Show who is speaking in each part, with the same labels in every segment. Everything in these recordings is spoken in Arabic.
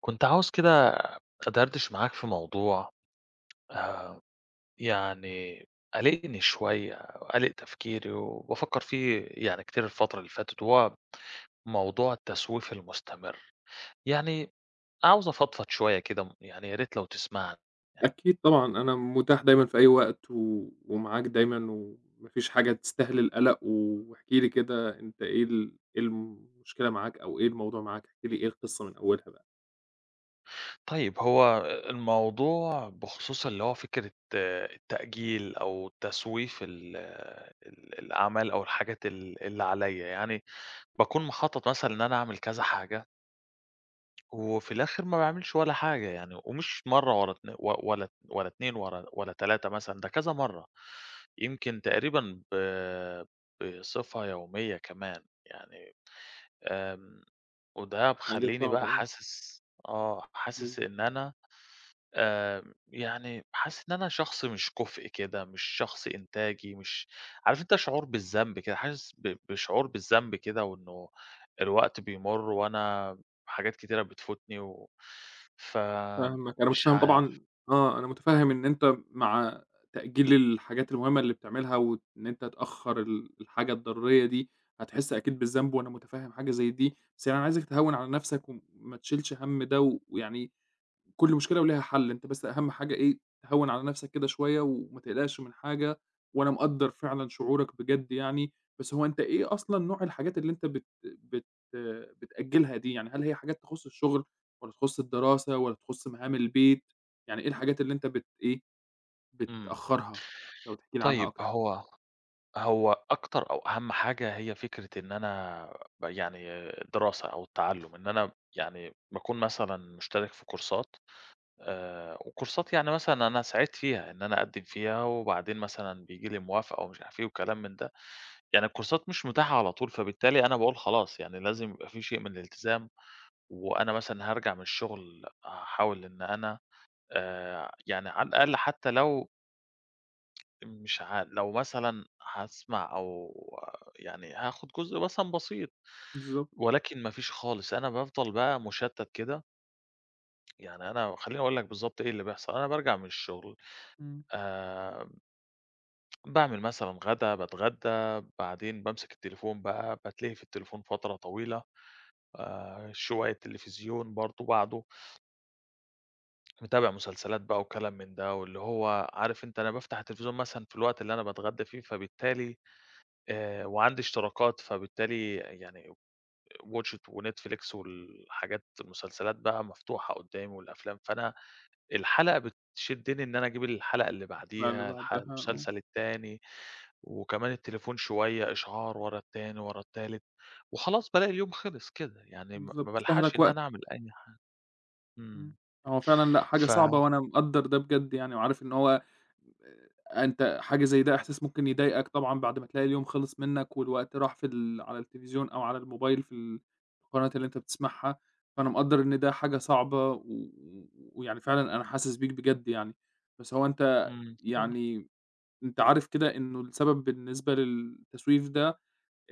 Speaker 1: كنت عاوز كده أدردش معاك في موضوع آه، يعني قلقني شوية قلق تفكيري وبفكر فيه يعني كتير الفترة اللي فاتت وهو موضوع التسويف المستمر. يعني عاوز أفضفض شوية كده يعني يا ريت لو تسمعني.
Speaker 2: أكيد طبعًا، أنا متاح دايمًا في أي وقت و ومعاك دايمًا وما فيش حاجة تستاهل القلق، واحكِ لي كده أنت إيه إيه المشكلة معاك أو إيه الموضوع معاك؟ احكِ لي إيه القصة من أولها بقى.
Speaker 1: طيب هو الموضوع بخصوص اللي هو فكرة التأجيل أو تسويف الأعمال أو الحاجات اللي عليا يعني. بكون مخطط مثلا إن أنا أعمل كذا حاجة وفي الآخر ما باعملش ولا حاجة يعني، ومش مرّة ورا اتن و ولا 2 ورا ولا 3 مثلًا، ده كذا مرّة، يمكن تقريبًا بصفة يومية كمان يعني. آمم، وده
Speaker 2: حاجة
Speaker 1: مخلّيني بقى
Speaker 2: صعبة آه.
Speaker 1: حاسس
Speaker 2: بالضبط.
Speaker 1: إن أنا آآ، يعني حاسس إن أنا شخص مش كُفء كده، مش شخص إنتاجي، مش عارف أنت، شعور بالذنب كده، حاسس بشعور بالذنب كده، وإنه الوقت بيمُر وأنا حاجات كتيرة بتفوتني
Speaker 2: فاهمك، أنا
Speaker 1: فمش
Speaker 2: متفهم
Speaker 1: عارف.
Speaker 2: طبعًا آه، أنا متفهم إن أنت مع تأجيل الحاجات المهمة اللي بتعملها وإن أنت تأخّر الحاجة الضرورية دي، هتحس أكيد بالذنب وأنا متفهم حاجة زي دي، بس يعني أنا عايزك تهوّن على نفسك وما تشيلش هَم ده، ويعني كل مشكلة وليها حل، أنت بس أهم حاجة إيه، تهوّن على نَفْسك كده شوية وما تقلقش من حاجة، وأنا مقدّر فعلًا شعورك بجد يعني. بس هو أنت إيه أصلًا نوع الحاجات اللي أنت بت بت بتأجّلها دي، يعني هل هي حاجات تخُص الشغل والّا تخُص الدراسة والّا تخُص مهام البيت، يعني إيه الحاجات اللي أنت بت إيه،
Speaker 1: إمم.
Speaker 2: بتأخّرها؟ لو تحكي لي عنها
Speaker 1: طيب
Speaker 2: أكتر.
Speaker 1: هو أكتر أو أهم حاجة هي فكرة إن أنا يعني الدراسة أو التعلُّم، إن أنا يعني باكون مثلًا مشترك في كورسات، وكورسات يعني مثلًا أنا سعيت فيها، إن أنا أقدّم فيها وبعدين مثلًا بييجي لي موافقة ومش عارف إيه وكلام من ده. يعني الكورسات مش متاحة على طول، فبالتالي أنا باقول خلاص يعني لازم يبقى في شيء من الالتزام، وأنا مثلًا هارجع من الشغل هاحاول إن أنا يعني على الأقل حتى لو مش ع لو مثلًا هاسمع أو يعني هاخد جزء مثلًا بسيط،
Speaker 2: بالضبط.
Speaker 1: ولكن ما فيش خالص، أنا بافضل بقى مشتت كده. يعني أنا خلّيني أقول لك بالضبط إيه اللي بيحصل. أنا بارجع من الشغل،
Speaker 2: إمم.
Speaker 1: آآ باعمل مثلًا غدا، باتغدى، بعدين بامسك التليفون بقى، باتلهي في التليفون فترة طويلة، شوية تليفزيون برضه، بعده متابع مسلسلات بقى وكلام من ده، واللي هو عارف أنت أنا بافتح التليفزيون مثلًا في الوقت اللي أنا باتغدى فيه، فبالتالي وعندي اشتراكات، فبالتالي يعني واتشت وNetflix والحاجات المسلسلات بقى مفتوحة قدامي والأفلام، فأنا الحلقة بتشدّني إن أنا أجيب الحلقة اللي
Speaker 2: الحلقة اللي
Speaker 1: بعديها،
Speaker 2: بعدها آه.
Speaker 1: المسلسل التاني، وكمان التليفون شوية إشعار ورا التاني، ورا التالت، وخلاص بالاقي اليوم خلص كده، يعني ما
Speaker 2: بالضبط،
Speaker 1: ما بالحقش
Speaker 2: تستهلك
Speaker 1: إن أنا
Speaker 2: وقتك.
Speaker 1: أعمل أي حاجة.
Speaker 2: إمم.
Speaker 1: إمم.
Speaker 2: هو فعلًا لأ، حاجة
Speaker 1: ف
Speaker 2: صعبة وأنا مقدّر ده بجد يعني وعارف إن هو أنت حاجة زي ده إحساس ممكن يضايقك طبعًا بعد ما تلاقي اليوم خلص منّك والوقت راح في على التلفزيون أو على الموبايل في القناة اللي أنت بتسمعها، فأنا مقدّر إن ده حاجة صعبة و ويعني فعلًا أنا حاسس بيك بجد يعني. بس هو أنت
Speaker 1: إمم. إمم.
Speaker 2: يعني أنت عارف كده إنه السبب بالنسبة للتسويف ده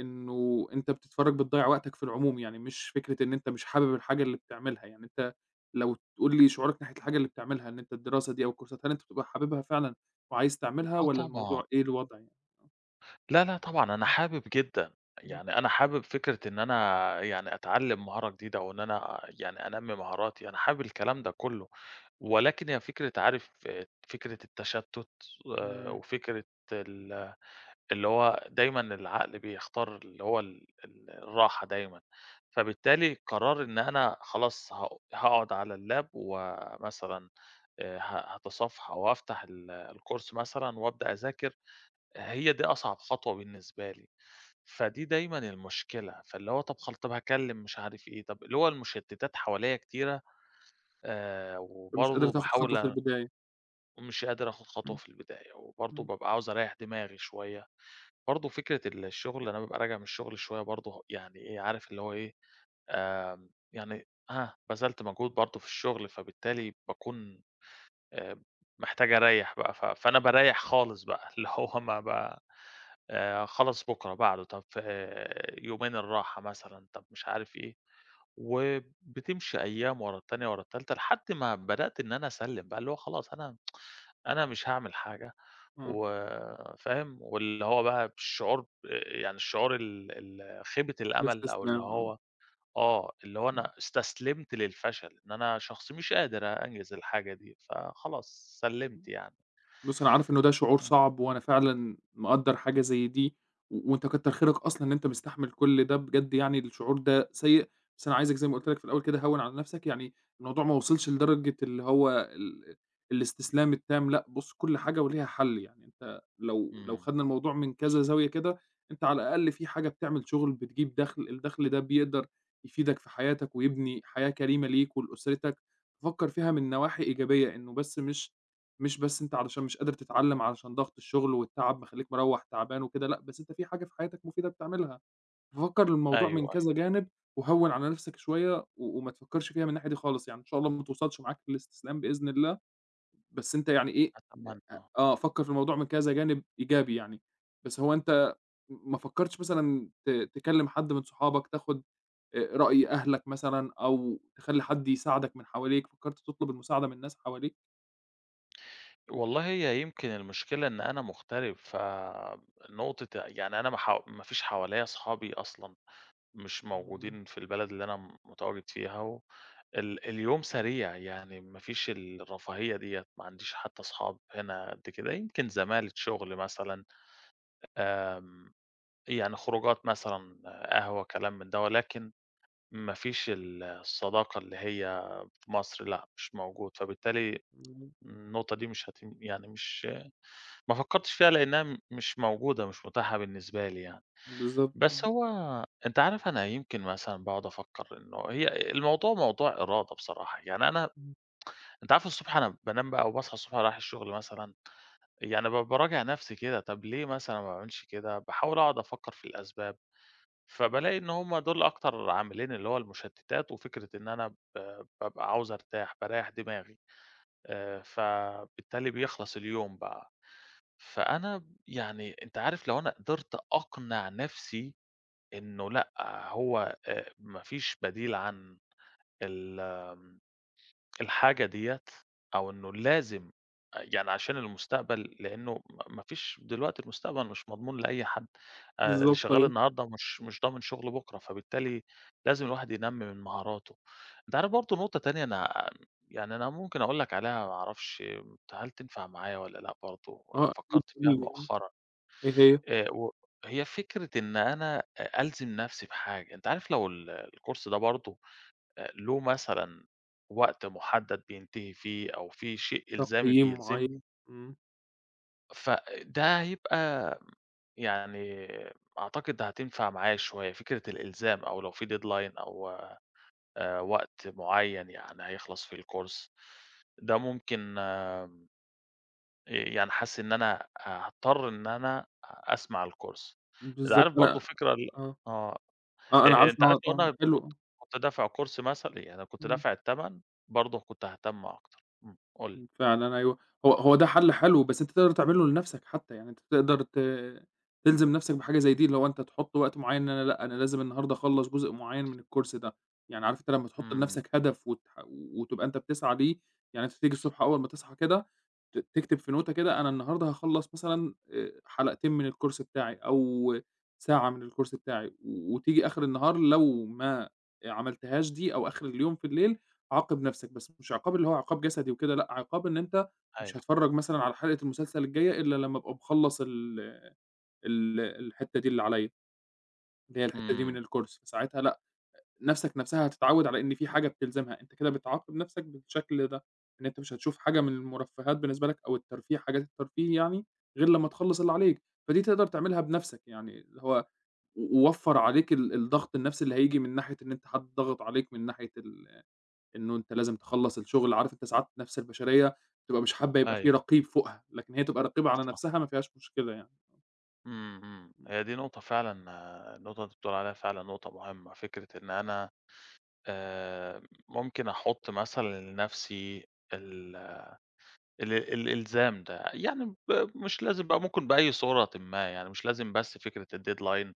Speaker 2: إنه أنت بتتفرّج بتضيّع وقتك في العموم، يعني مش فكرة إن أنت مش حابب الحاجة اللي بتعملها، يعني أنت لو تقول لي شعورك ناحية الحاجة اللي بتعملها، إن أنت الدراسة دي أو الكورسات، هل أنت بتبقى حاببها فعلًا وعايز تعملها
Speaker 1: آه
Speaker 2: والّا
Speaker 1: طبعًا.
Speaker 2: الموضوع إيه الوضع يعني؟
Speaker 1: لا، لا طبعًا، أنا حابب جدًا.
Speaker 2: إمم. إمم.
Speaker 1: يعني أنا حابب فكرة إن أنا يعني أتعلّم مهارة جديدة أو إن أنا يعني أنمّي مهاراتي، أنا حابب الكلام ده كُلّه. ولكن هي فكرة عارف، فكرة التشتُّت،
Speaker 2: إمم.
Speaker 1: وفكرة ال اللي هو دايمًا العقل بيختار اللي هو ال الراحة دايمًا، فبالتالي قرار إن أنا خلاص هاقعد على اللاب ومثلًا ه هاتصفح أو هافتح الcourse مثلًا وأبدأ أذاكر، هي دي أصعب خطوة بالنسبة لي، فدي دايمًا المشكلة، فاللي هو طَب طَب هاكلّم مش عارف إيه، طَب اللي هو المشتِّتات حواليّا كتيرة،
Speaker 2: فمش قادر
Speaker 1: وبرضه
Speaker 2: تاخد
Speaker 1: باحاول
Speaker 2: خطوة البداية.
Speaker 1: ومش قادر آخُد خطوة
Speaker 2: إمم.
Speaker 1: في البداية، وبرضه
Speaker 2: إمم.
Speaker 1: بابقى عاوز أريّح دماغي شوية، برضه فكرة الشغل، أنا بابقى راجع من الشغل شوية برضه يعني إيه، عارف اللي هو إيه، يعني بذلت مجهود برضه في الشغل، فبالتالي باكون آآ، محتاج أريّح بقى، فأنا باريّح خالص بقى، اللي هو ما ب خلاص بُكرة، بعده، طب يومين الراحة مثلًا، طب مش عارف إيه، وبتمشي أيام ورا التانية، ورا التالتة، لحد ما بدأت إن أنا أسلِّم بقى، اللي هو خلاص، أنا مش هاعمل حاجة
Speaker 2: آه.
Speaker 1: و فاهم، واللي هو بقى بالشعور يعني الشعور ال خيبة الأمل أو اللي
Speaker 2: باستسلام، آه. إمم.
Speaker 1: هو آه، اللي هو أنا استسلمت للفشل، إن أنا شخص مش قادر أنجز الحاجة دي، فخلاص سلِّمت
Speaker 2: إمم.
Speaker 1: يعني.
Speaker 2: بُص أنا عارف إنه ده شعور
Speaker 1: إمم.
Speaker 2: صعب، وأنا فعلًا مقدّر حاجة زي دي، و وأنت كتّر خيرك أصلًا إن أنت مستحمل كل ده بجد يعني الشعور ده سيء، بس أنا عايزك زي ما قُلت لك في الأول كده هوّن على نفْسك، يعني الموضوع ما وصلش لدرجة اللي هو ال الاستسلام التام لأ، بُص كل حاجة وليها حل، يعني أنت لو
Speaker 1: إمم.
Speaker 2: خدنا الموضوع من كذا زاوية كده، أنت على الأقل في حاجة بتعمل شغل بتجيب دخْل، الدخْل ده بيقدر يفيدك في حياتك، ويبني حياة كريمة ليك ولأسرتك، فكّر فيها من نواحي إيجابية إنه بس مش مش بس أنت علشان مش قادر تتعلّم علشان ضغط الشغل والتعب مخلّيك مروّح تعبان وكده، لأ، بس أنت في حاجة في حياتك مفيدة بتعملها، ففكّر الموضوع من
Speaker 1: أيوه، أيوه.
Speaker 2: كذا جانب وهوّن على نَفْسك شوية وما تفكّرش فيها من الناحية دي خالص، يعني إن شاء الله ما توصلش معاك للاستسلام بإذن الله، بس أنت يعني إيه،
Speaker 1: أتمنى
Speaker 2: أ
Speaker 1: آه.
Speaker 2: آه، فكّر في الموضوع من كذا جانب إيجابي يعني. بس هو أنت ما فكّرتش مثلًا تكلّم حد من صحابك، تاخُد رأي أهلك مثلًا أو تخلّي حد يساعدك من حواليك، فكّرت تطلب المساعدة من ناس حواليك؟
Speaker 1: والله هي يمكن المشكلة إن أنا مغترب، فنقطة يعني أنا ما فيش حواليّا أصحابي أصلًا، مش
Speaker 2: إمم.
Speaker 1: موجودين في البلد اللي أنا متواجد فيها و ال اليوم سريع، يعني ما فيش الرفاهية ديّة، ما عنديش حتى أصحاب هنا قد كده، يمكن زمالة شغل مثلًا، آمم، يعني خروجات مثلًا، قهوة، كلام من ده، ولكن ما فيش الصداقة اللي هي في مصر لأ، مش موجود، فبالتالي
Speaker 2: إمم.
Speaker 1: النقطة دي مش هتم يعني مش، ما فكّرتش فيها لإنها مش موجودة، مش متاحة بالنسبة لي يعني.
Speaker 2: بالضبط
Speaker 1: بس
Speaker 2: آه.
Speaker 1: هو أنت عارف أنا يمكن مثلًا باقعد أفكّر إنه هي الموضوع موضوع إرادة بصراحة، يعني أنا
Speaker 2: إمم.
Speaker 1: أنت عارف الصبح أنا بانام بقى وباصحى الصبح رايح الشغل مثلًا، يعني باراجع نفسي كده، طب ليه مثلًا ما باعملش كده؟ باحاول أقعد أفكّر في الأسباب، فبالاقي إن هم دول أكتر عاملين، اللي هو المشتتات وفكرة إن أنا بابقى عاوز أرتاح، باريّح دماغي، فبالتالي بيخلص اليوم بقى. فأنا يعني أنت عارف لو أنا قدرت أقنع نفسي إنه لأ، هو ما فيش بديل عن ال الحاجة ديّة أو إنه لازم يعني عشان المستقبل، لإنه ما فيش دلوقتي، المستقبل مش مضمون لأي حد، اللي
Speaker 2: بالضبط
Speaker 1: شغّال
Speaker 2: أيوه.
Speaker 1: النهارده مش ضامن شغله بُكرة، فبالتالي لازم الواحد ينمّي من مهاراته. أنت عارف برضه نقطة تانية أنا يعني أنا ممكن أقول لك عليها، ما أعرفش هل تنفع معايا والّا لأ برضه،
Speaker 2: آه أكيد
Speaker 1: فكّرت
Speaker 2: قُل
Speaker 1: فيها
Speaker 2: لي آه.
Speaker 1: مؤخرًا،
Speaker 2: إيه هي؟
Speaker 1: و هي فكرة إن أنا ألزم نَفْسي بحاجة، أنت عارف لو الكورس ده برضه له مثلًا وقت مُحدد بينتهي فيه أو في شيء إلزامي
Speaker 2: تقييم معيّن.
Speaker 1: بيلزمني،
Speaker 2: إمم.
Speaker 1: فده هيبقى يعني أعتقد ده هتنفع معايا شوية، فكرة الإلزام، أو لو في deadline أو وقت معيّن يعني هيخلص فيه الcourse ده، ممكن يعني حاسس إن أنا هاضطر إن أنا أسمع الcourse. أنت
Speaker 2: بالضبط
Speaker 1: عارف برضه
Speaker 2: أنا
Speaker 1: فكرة ال
Speaker 2: آه.
Speaker 1: آه.
Speaker 2: آه أنا عارف
Speaker 1: أنت
Speaker 2: إن هو
Speaker 1: عارف لو
Speaker 2: طبعًا
Speaker 1: أنا
Speaker 2: حلو
Speaker 1: كنت
Speaker 2: آه.
Speaker 1: كنت دافع كورس مثلًا، يعني لو كنت
Speaker 2: إمم.
Speaker 1: دافع التمن برضه كنت هاهتم أكتر. إمم، قُل لي.
Speaker 2: إمم، فعلًا أيوه. هو ده حل حلو، بس أنت تقدر تعمله لنفْسك حتى، يعني أنت تقدر تلزم نفْسك بحاجة زي دي، اللي هو أنت تحُط وقت معيّن إن أنا لأ، أنا لازم النهارده أخلّص جزء معيّن من الcourse ده، يعني عارف أنت لمّا تحُط
Speaker 1: إمم،
Speaker 2: لنفْسك هدف وتبقى أنت بتسعى ليه، يعني أنت تيجي الصبح أول ما تصحى كده تكتب في نوتة كده أنا النهارده هاخلّص مثلًا حلقتين من الcourse بتاعي أو ساعة من الcourse بتاعي، وتيجي آخر النهار لو ما عملتهاش دي أو آخر اليوم في الليل عاقب نفْسك، بس مش عقاب اللي هو عقاب جسدي وكده لأ، عقاب إن أنت
Speaker 1: أيوه،
Speaker 2: مش هاتفرّج مثلًا على حلقة المسلسل الجاية إلا لمّا أبقى مخلّص ال ال الحتّة دي اللي عليَّ، اللي هي الحتّة دي
Speaker 1: إمم،
Speaker 2: من الcourse، ساعتها لأ، نفْسك نفْسها هتتعوّد على إن في حاجة بتلزمها، أنت كده بتعاقب نفْسك بالشكل ده، إن أنت مش هتشوف حاجة من المرفّهات بالنسبة لك أو الترفيه حاجات الترفيه يعني غير لمّا تخلّص اللي عليك، فدي تقدر تعملها بنفْسك يعني، اللي هو و ووفّر عليك الضغط النفْسي اللي هييجي من ناحية إن أنت حد ضاغط عليك من ناحية إنه أنت لازم تخلّص الشغل، عارف أنت ساعات النفس البشرية بتبقى مش حابة يبقى
Speaker 1: أيوه،
Speaker 2: في رقيب فوقها، لكن هي تبقى رقيبة على
Speaker 1: صح،
Speaker 2: نفسها ما فيهاش مشكلة يعني.
Speaker 1: إمم، إمم. هي دي نقطة فعلًا، النقطة اللي أنت بتقول عليها فعلًا نقطة مهمة، فكرة إن أنا آآ ممكن أحُط مثلًا لنفسي ال ال الإلزام ده، يعني مش لازم بقى، ممكن بأي صورةٍ ما، يعني مش لازم بس فكرة الdeadline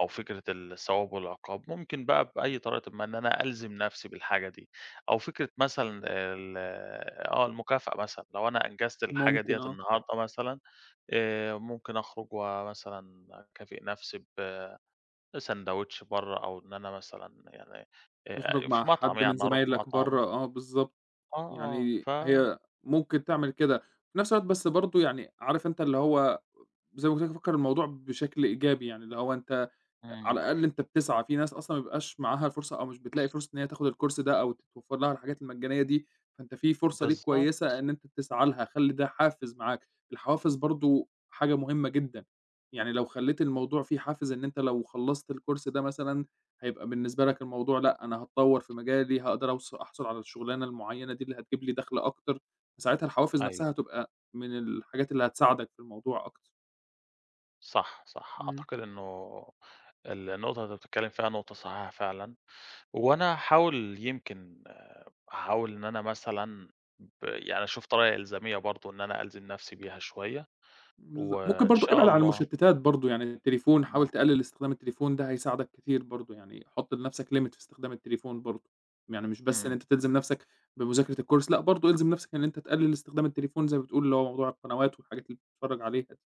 Speaker 1: أو فكرة الثواب والعقاب، ممكن بقى بأي طريقةٍ ما إن أنا ألزم نفسي بالحاجة دي، أو فكرة مثلًا ال آه المكافأة مثلًا، لو أنا أنجزت
Speaker 2: إمم،
Speaker 1: الحاجة
Speaker 2: ممكن
Speaker 1: ديّة
Speaker 2: آه.
Speaker 1: النهارده مثلًا، ممكن أخرج ومثلًا أكافئ نفسي بساندوتش برّه، أو إن أنا مثلًا يعني
Speaker 2: تخرج مع
Speaker 1: في مطعم
Speaker 2: حد من
Speaker 1: يعني أروح
Speaker 2: زمايلك
Speaker 1: مطعم.
Speaker 2: برّه، آه بالضبط،
Speaker 1: آه، آه
Speaker 2: يعني
Speaker 1: ف
Speaker 2: هي ممكن تعمل كده، في نفس الوقت بس برضه يعني عارف أنت اللي هو زي ما قُلت لك فكّر الموضوع بشكل إيجابي، يعني اللي هو أنت على
Speaker 1: إمم،
Speaker 2: الأقل أنت بتسعى، في ناس أصلًا ما بيبقاش معاها الفرصة أو مش بتلاقي فرصة إن هي تاخد الcourse ده أو تتوفر لها الحاجات المجانية دي، فأنت في فرصة ليك
Speaker 1: بالضبط،
Speaker 2: كويسة إن أنت تسعى لها، خلّي ده حافز معاك، الحوافز برضه حاجة مهمة جدًا، يعني لو خلّيت الموضوع فيه حافز إن أنت لو خلّصت الcourse ده مثلًا هيبقى بالنسبة لك الموضوع لأ، أنا هاتطوّر في مجالي، هاقدر أحصل على الشغلانة المعيّنة دي اللي هتجيب لي دخل أكتر، فساعتها الحوافز
Speaker 1: أيوه،
Speaker 2: نفسها هتبقى من الحاجات اللي هتساعدك في الموضوع أكتر.
Speaker 1: صح، صح،
Speaker 2: إمم.
Speaker 1: أعتقد إنه النقطة اللي أنت بتتكلم فيها نقطة صحيحة فعلًا. هو أنا هاحاول يمكن هاحاول إن أنا مثلًا يعني أشوف طريقة إلزامية برضه إن أنا ألزم نفسي بيها شوية،
Speaker 2: ممكن
Speaker 1: وإن
Speaker 2: برضه
Speaker 1: شاء
Speaker 2: ابعد عن
Speaker 1: الله.
Speaker 2: المشتتات برضه، يعني التليفون
Speaker 1: إمم،
Speaker 2: حاول تقلل استخدام التليفون ده هيساعدك كتير برضه، يعني حُط لنفْسك limit في استخدام التليفون برضه، يعني مش بس إن
Speaker 1: إمم.
Speaker 2: أنت تلزم نفْسك بمذاكرة الcourse لأ، برضه الزم نفْسك إن أنت تقلل استخدام التليفون زي ما بتقول، اللي هو موضوع القنوات والحاجات اللي بتتفرّج عليها دي.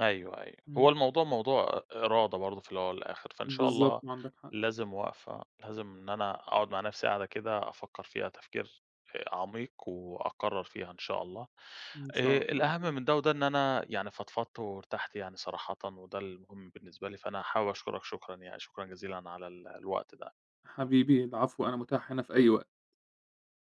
Speaker 1: أيوه، أيوه. هو
Speaker 2: إمم.
Speaker 1: الموضوع موضوع إرادة برضه في الأول والآخر، فإن شاء
Speaker 2: بالضبط،
Speaker 1: الله
Speaker 2: عندك حق.
Speaker 1: لازم وقفة، لازم إن أنا أقعد مع نفسي قعدة كده أفكّر فيها تفكير عميق وأقرّر فيها إن شاء الله.
Speaker 2: إن شاء الله.
Speaker 1: الأهم من ده وده إن أنا يعني فضفضت وارتحت يعني صراحةً، وده المهم بالنسبة لي، فأنا حابب أشكرك شكرًا يعني، شكرًا جزيلًا على الوقت ده.
Speaker 2: حبيبي العفو، أنا متاح هنا في أي وقت.